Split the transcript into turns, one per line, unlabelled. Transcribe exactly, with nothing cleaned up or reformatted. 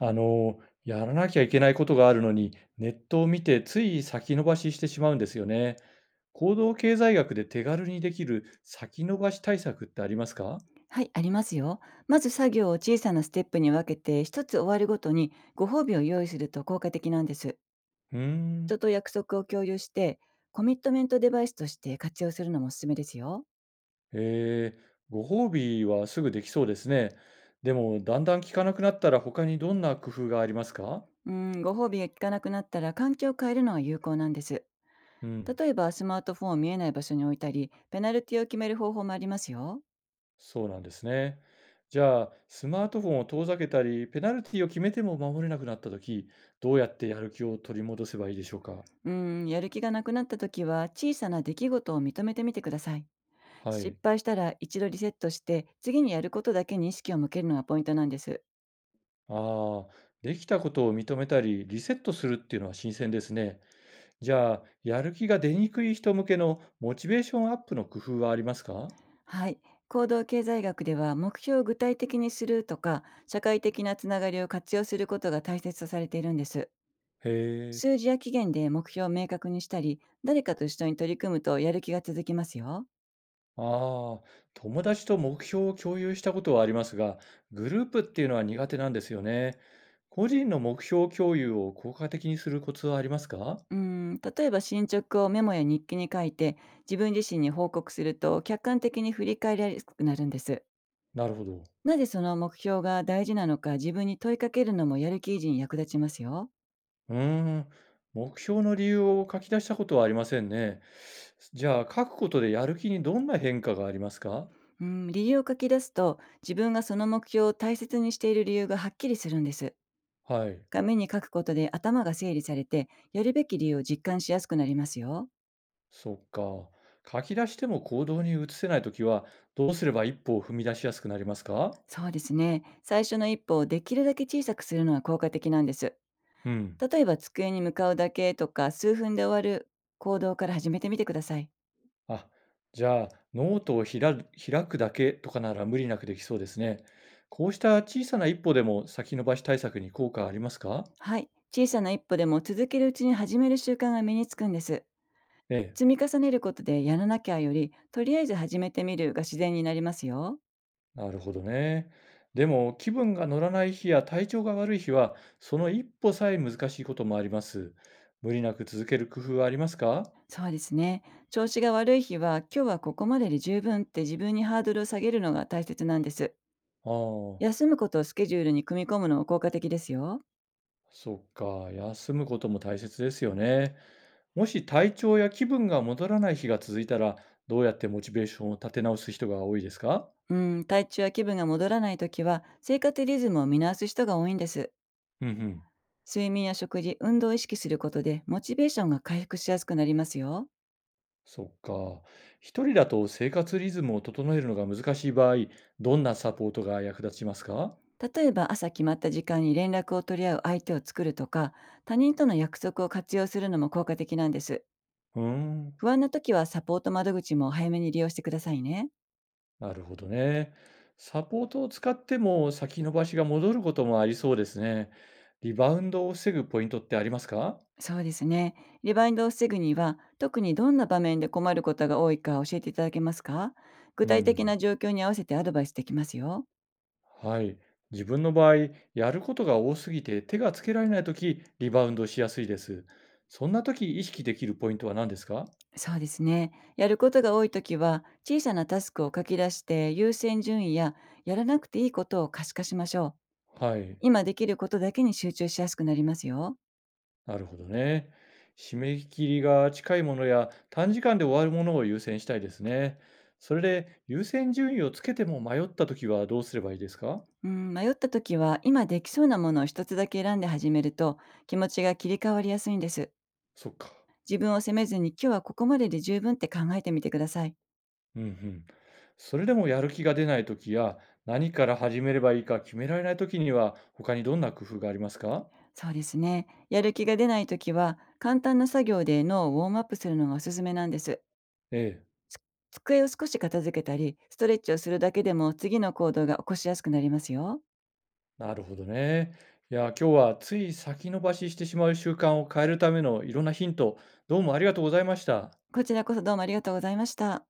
あの、やらなきゃいけないことがあるのに、ネットを見てつい先延ばししてしまうんですよね。行動経済学で手軽にできる先延ばし対策ってありますか？
はい、ありますよ。まず作業を小さなステップに分けて、一つ終わるごとにご褒美を用意すると効果的なんです。
うー
人
ん。
と約束を共有して、コミットメントデバイスとして活用するのもおすすめですよ。
えー、ご褒美はすぐできそうですね。でも、だんだん効かなくなったら他にどんな工夫がありますか？
うん、ご褒美が効かなくなったら環境を変えるのが有効なんです。
うん、
例えばスマートフォンを見えない場所に置いたり、ペナルティを決める方法もありますよ。
そうなんですね。じゃあ、スマートフォンを遠ざけたり、ペナルティを決めても守れなくなったとき、どうやってやる気を取り戻せばいいでしょうか？
うん、やる気がなくなった時は小さな出来事を認めてみてください。
は
失
い。
敗したら一度リセットして、次にやることだけに意識を向けるのがポイントなんです。
ああ、できたことを認めたり、リセットするっていうのは新鮮ですね。じゃあ、やる気が出にくい人向けのモチベーションアップの工夫はありますか？
はい。行動経済学では、目標を具体的にするとか社会的なつながりを活用することが大切とされているんです。
へ
数
え。
字や期限で目標を明確にしたり、誰かと一緒に取り組むとやる気が続きますよ。
ああ、友達と目標を共有したことはありますが、グループっていうのは苦手なんですよね。個人の目標共有を効果的にするコツはありますか？
うん、例えば進捗をメモや日記に書いて、自分自身に報告すると客観的に振り返りやすくなるんです。
なるほど。
なぜその目標が大事なのか、自分に問いかけるのもやる気維持に役立ちますよ。
うーん、目標の理由を書き出したことはありませんね。じゃあ、書くことでやる気にどんな変化がありますか？
うん、理由を書き出すと、自分がその目標を大切にしている理由がはっきりするんです。
はい。
紙に書くことで頭が整理されて、やるべき理由を実感しやすくなりますよ。
そっか。書き出しても行動に移せないときは、どうすれば一歩を踏み出しやすくなりますか？
そうですね。最初の一歩をできるだけ小さくするのは効果的なんです。
うん。
例えば机に向かうだけとか、数分で終わる行動から始めてみてください。
あ、じゃあ、ノートを開く開くだけとかなら無理なくできそうですね。こうした小さな一歩でも先延ばし対策に効果ありますか？
はい。小さな一歩でも続けるうちに、始める習慣が身につくんです。
ええ、
積み重ねることで、やらなきゃよりとりあえず始めてみるが自然になりますよ。
なるほどね。でも、気分が乗らない日や体調が悪い日は、その一歩さえ難しいこともあります。無理なく続ける工夫はありますか？
そうですね。調子が悪い日は、今日はここまでで十分って自分にハードルを下げるのが大切なんです。
ああ。
休むことをスケジュールに組み込むのも効果的ですよ。
そっか、休むことも大切ですよね。もし体調や気分が戻らない日が続いたら、どうやってモチベーションを立て直す人が多いですか？
うん、体調や気分が戻らないときは、生活リズムを見直す人が多いんです。
うんうん。
睡眠や食事、運動を意識することで、モチベーションが回復しやすくなりますよ。
そっか。一人だと生活リズムを整えるのが難しい場合、どんなサポートが役立ちますか？
例えば、朝決まった時間に連絡を取り合う相手を作るとか、他人との約束を活用するのも効果的なんです。
うーん。
不安な時はサポート窓口も早めに利用してくださいね。
なるほどね。サポートを使っても先延ばしが戻ることもありそうですね。リバウンドを防ぐポイントってありますか？
そうですね。リバインドを防ぐには、特にどんな場面で困ることが多いか教えていただけますか？具
う
体的
ん。
な状況に合わせてアドバイスできますよ。
はい。自分の場合、やることが多すぎて手がつけられないとき、リバウンドしやすいです。そんなとき意識できるポイントは何ですか？
そうですね。やることが多いときは、小さなタスクを書き出して、優先順位や、やらなくていいことを可視化しましょう。
はい。
今できることだけに集中しやすくなりますよ。
なるほどね。締め切りが近いものや短時間で終わるものを優先したいですね。それで優先順位をつけても迷ったときはどうすればいいですか？
うん、迷ったときは、今できそうなものを一つだけ選んで始めると、気持ちが切り替わりやすいんです。
そっか。
自分を責めずに、今日はここまでで十分って考えてみてください。
うんうん。それでもやる気が出ないときや何から始めればいいか決められないときには他にどんな工夫がありますか？
そうですね。やる気が出ないときは、簡単な作業で脳をウォームアップするのがおすすめなんです。
ええ。
つ机を少し片付けたり、ストレッチをするだけでも次の行動が起こしやすくなりますよ。
なるほどね。いや、今日はつい先延ばししてしまう習慣を変えるためのいろんなヒント、どうもありがとうございました。
こちらこそどうもありがとうございました。